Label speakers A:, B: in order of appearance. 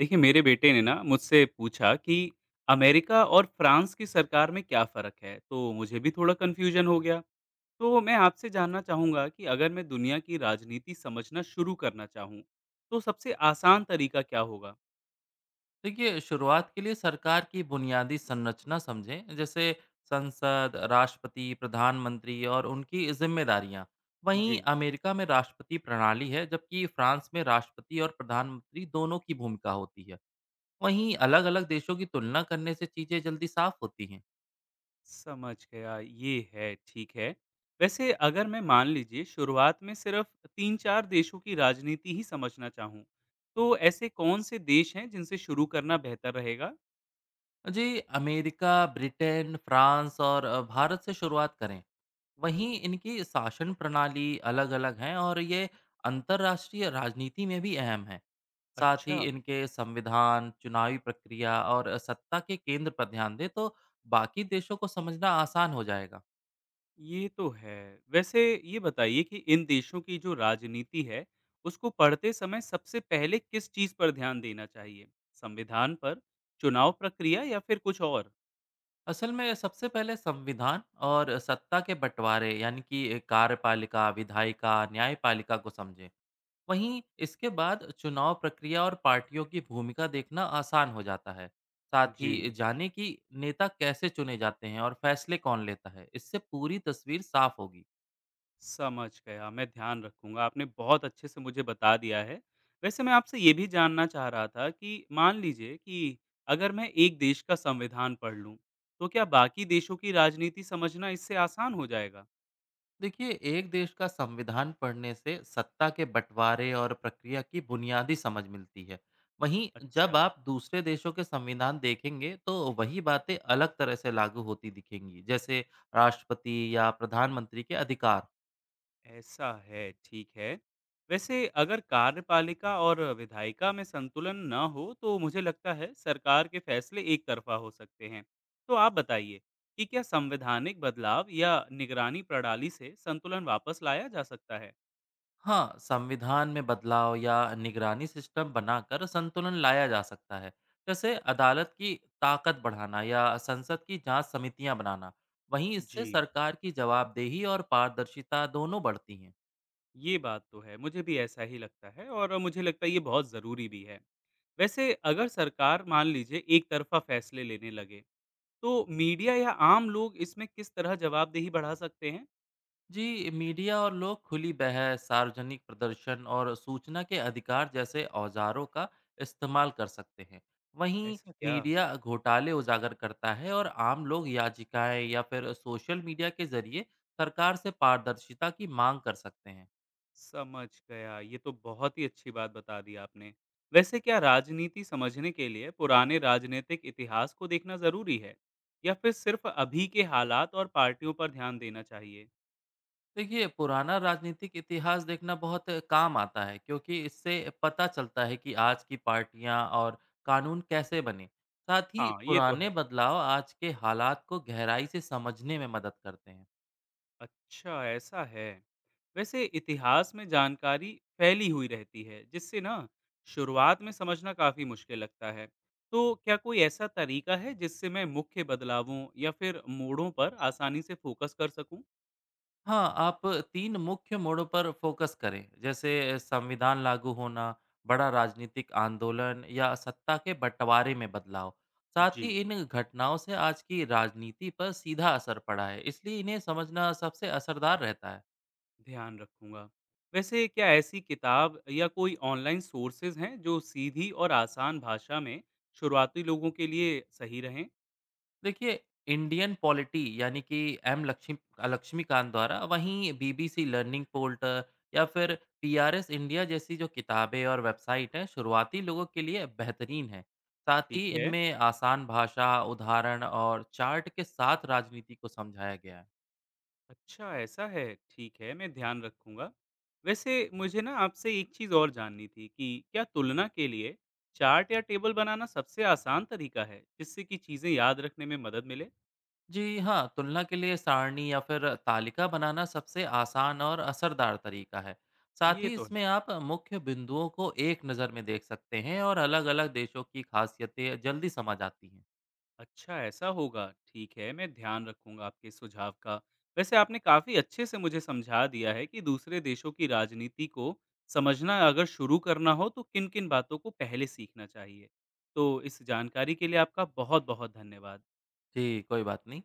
A: देखिए मेरे बेटे ने ना मुझसे पूछा कि अमेरिका और फ्रांस की सरकार में क्या फ़र्क है, तो मुझे भी थोड़ा कन्फ्यूजन हो गया। तो मैं आपसे जानना चाहूँगा कि अगर मैं दुनिया की राजनीति समझना शुरू करना चाहूँ तो सबसे आसान तरीका क्या होगा?
B: देखिए, शुरुआत के लिए सरकार की बुनियादी संरचना समझें। जैसे संसद, राष्ट्रपति, प्रधानमंत्री और उनकी जिम्मेदारियां। वहीं
A: जी,
B: अमेरिका में राष्ट्रपति प्रणाली है, जबकि फ्रांस में राष्ट्रपति और प्रधानमंत्री दोनों की भूमिका होती है। वहीं अलग अलग देशों की तुलना करने से चीज़ें जल्दी साफ होती हैं।
A: समझ गया। ये है, ठीक है। वैसे अगर मैं मान लीजिए शुरुआत में सिर्फ तीन चार देशों की राजनीति ही समझना चाहूँ, तो ऐसे कौन से देश हैं जिनसे शुरू करना बेहतर रहेगा?
B: जी, अमेरिका, ब्रिटेन, फ्रांस और भारत से शुरुआत करें। वहीं इनकी शासन प्रणाली अलग-अलग हैं और ये अंतर्राष्ट्रीय राजनीति में भी अहम है। साथ ही
A: अच्छा।
B: इनके संविधान, चुनावी प्रक्रिया और सत्ता के केंद्र पर ध्यान दें तो बाकी देशों को समझना आसान हो जाएगा।
A: ये तो है। वैसे ये बताइए कि इन देशों की जो राजनीति है, उसको पढ़ते समय सबसे पहले किस चीज़ पर ध्यान देना चाहिए? संविधान पर, चुनाव प्रक्रिया या फिर कुछ और?
B: असल में सबसे पहले संविधान और सत्ता के बंटवारे, यानी कि कार्यपालिका, विधायिका, न्यायपालिका को समझें। वहीं इसके बाद चुनाव प्रक्रिया और पार्टियों की भूमिका देखना आसान हो जाता है। साथ ही
A: जी,
B: जाने कि नेता कैसे चुने जाते हैं और फैसले कौन लेता है। इससे पूरी तस्वीर साफ होगी।
A: समझ गया, मैं ध्यान रखूँगा। आपने बहुत अच्छे से मुझे बता दिया है। वैसे मैं आपसे ये भी जानना चाह रहा था कि मान लीजिए कि अगर मैं एक देश का संविधान पढ़ लूँ, तो क्या बाकी देशों की राजनीति समझना इससे आसान हो जाएगा?
B: देखिए, एक देश का संविधान पढ़ने से सत्ता के बंटवारे और प्रक्रिया की बुनियादी समझ मिलती है। वहीं जब
A: अच्छा।
B: आप दूसरे देशों के संविधान देखेंगे तो वही बातें अलग तरह से लागू होती दिखेंगी। जैसे राष्ट्रपति या प्रधानमंत्री के अधिकार।
A: ऐसा है, ठीक है। वैसे अगर कार्यपालिका और विधायिका में संतुलन ना हो तो मुझे लगता है सरकार के फैसले एक तरफा हो सकते हैं। तो आप बताइए कि क्या संवैधानिक बदलाव या निगरानी प्रणाली से संतुलन वापस लाया जा सकता है?
B: हाँ, संविधान में बदलाव या निगरानी सिस्टम बनाकर संतुलन लाया जा सकता है। जैसे अदालत की ताकत बढ़ाना या संसद की जांच समितियां बनाना। वहीं इससे
A: जी,
B: सरकार की जवाबदेही और पारदर्शिता दोनों बढ़ती हैं।
A: ये बात तो है, मुझे भी ऐसा ही लगता है और मुझे लगता है ये बहुत ज़रूरी भी है। वैसे अगर सरकार मान लीजिए एक तरफा फैसले लेने लगे, तो मीडिया या आम लोग इसमें किस तरह जवाबदेही बढ़ा सकते हैं?
B: जी, मीडिया और लोग खुली बहस, सार्वजनिक प्रदर्शन और सूचना के अधिकार जैसे औजारों का इस्तेमाल कर सकते हैं। वहीं
A: ऐसा क्या?
B: मीडिया घोटाले उजागर करता है और आम लोग याचिकाएं या फिर सोशल मीडिया के जरिए सरकार से पारदर्शिता की मांग कर सकते हैं।
A: समझ गया। ये तो बहुत ही अच्छी बात बता दी आपने। वैसे क्या राजनीति समझने के लिए पुराने राजनीतिक इतिहास को देखना ज़रूरी है? या फिर सिर्फ़ अभी के हालात और पार्टियों पर ध्यान देना चाहिए?
B: देखिए, पुराना राजनीतिक इतिहास देखना बहुत काम आता है, क्योंकि इससे पता चलता है कि आज की पार्टियां और कानून कैसे बने। साथ ही
A: हाँ, ये तो
B: पुराने
A: है।
B: बदलाव आज के हालात को गहराई से समझने में मदद करते हैं।
A: अच्छा, ऐसा है। वैसे इतिहास में जानकारी फैली हुई रहती है, जिससे ना शुरुआत में समझना काफ़ी मुश्किल लगता है। तो क्या कोई ऐसा तरीका है जिससे मैं मुख्य बदलावों या फिर मोड़ों पर आसानी से फ़ोकस कर सकूँ?
B: हाँ, आप तीन मुख्य मोड़ों पर फोकस करें। जैसे संविधान लागू होना, बड़ा राजनीतिक आंदोलन या सत्ता के बंटवारे में बदलाव। साथ
A: जी।
B: ही इन घटनाओं से आज की राजनीति पर सीधा असर पड़ा है, इसलिए इन्हें समझना सबसे असरदार रहता है।
A: ध्यान रखूंगा। वैसे क्या ऐसी किताब या कोई ऑनलाइन सोर्सेज हैं जो सीधी और आसान भाषा में शुरुआती लोगों के लिए सही रहें?
B: देखिए, इंडियन पॉलिटी, यानी कि एम लक्ष्मी लक्ष्मीकांत द्वारा। वहीं बीबीसी लर्निंग पोर्टल या फिर पीआरएस इंडिया जैसी जो किताबें और वेबसाइट हैं, शुरुआती लोगों के लिए बेहतरीन हैं। साथ
A: ठीक
B: ही
A: है।
B: इनमें आसान भाषा, उदाहरण और चार्ट के साथ राजनीति को समझाया गया है।
A: अच्छा, ऐसा है, ठीक है, मैं ध्यान रखूंगा। वैसे मुझे ना आपसे एक चीज़ और जाननी थी कि क्या तुलना के लिए चार्ट या टेबल बनाना सबसे आसान तरीका है जिससे कि चीज़ें याद रखने में मदद मिले?
B: जी हाँ, तुलना के लिए सारणी या फिर तालिका बनाना सबसे आसान और असरदार तरीका है। साथ
A: ये
B: ही
A: तो है।
B: इसमें आप मुख्य बिंदुओं को एक नज़र में देख सकते हैं और अलग-अलग देशों की खासियतें जल्दी समझ आती हैं।
A: अच्छा, ऐसा होगा, ठीक है, मैं ध्यान रखूंगा आपके इस सुझाव का। वैसे आपने काफी अच्छे से मुझे समझा दिया है कि दूसरे देशों की राजनीति को समझना अगर शुरू करना हो तो किन किन बातों को पहले सीखना चाहिए। तो इस जानकारी के लिए आपका बहुत बहुत धन्यवाद।
B: जी, कोई बात नहीं।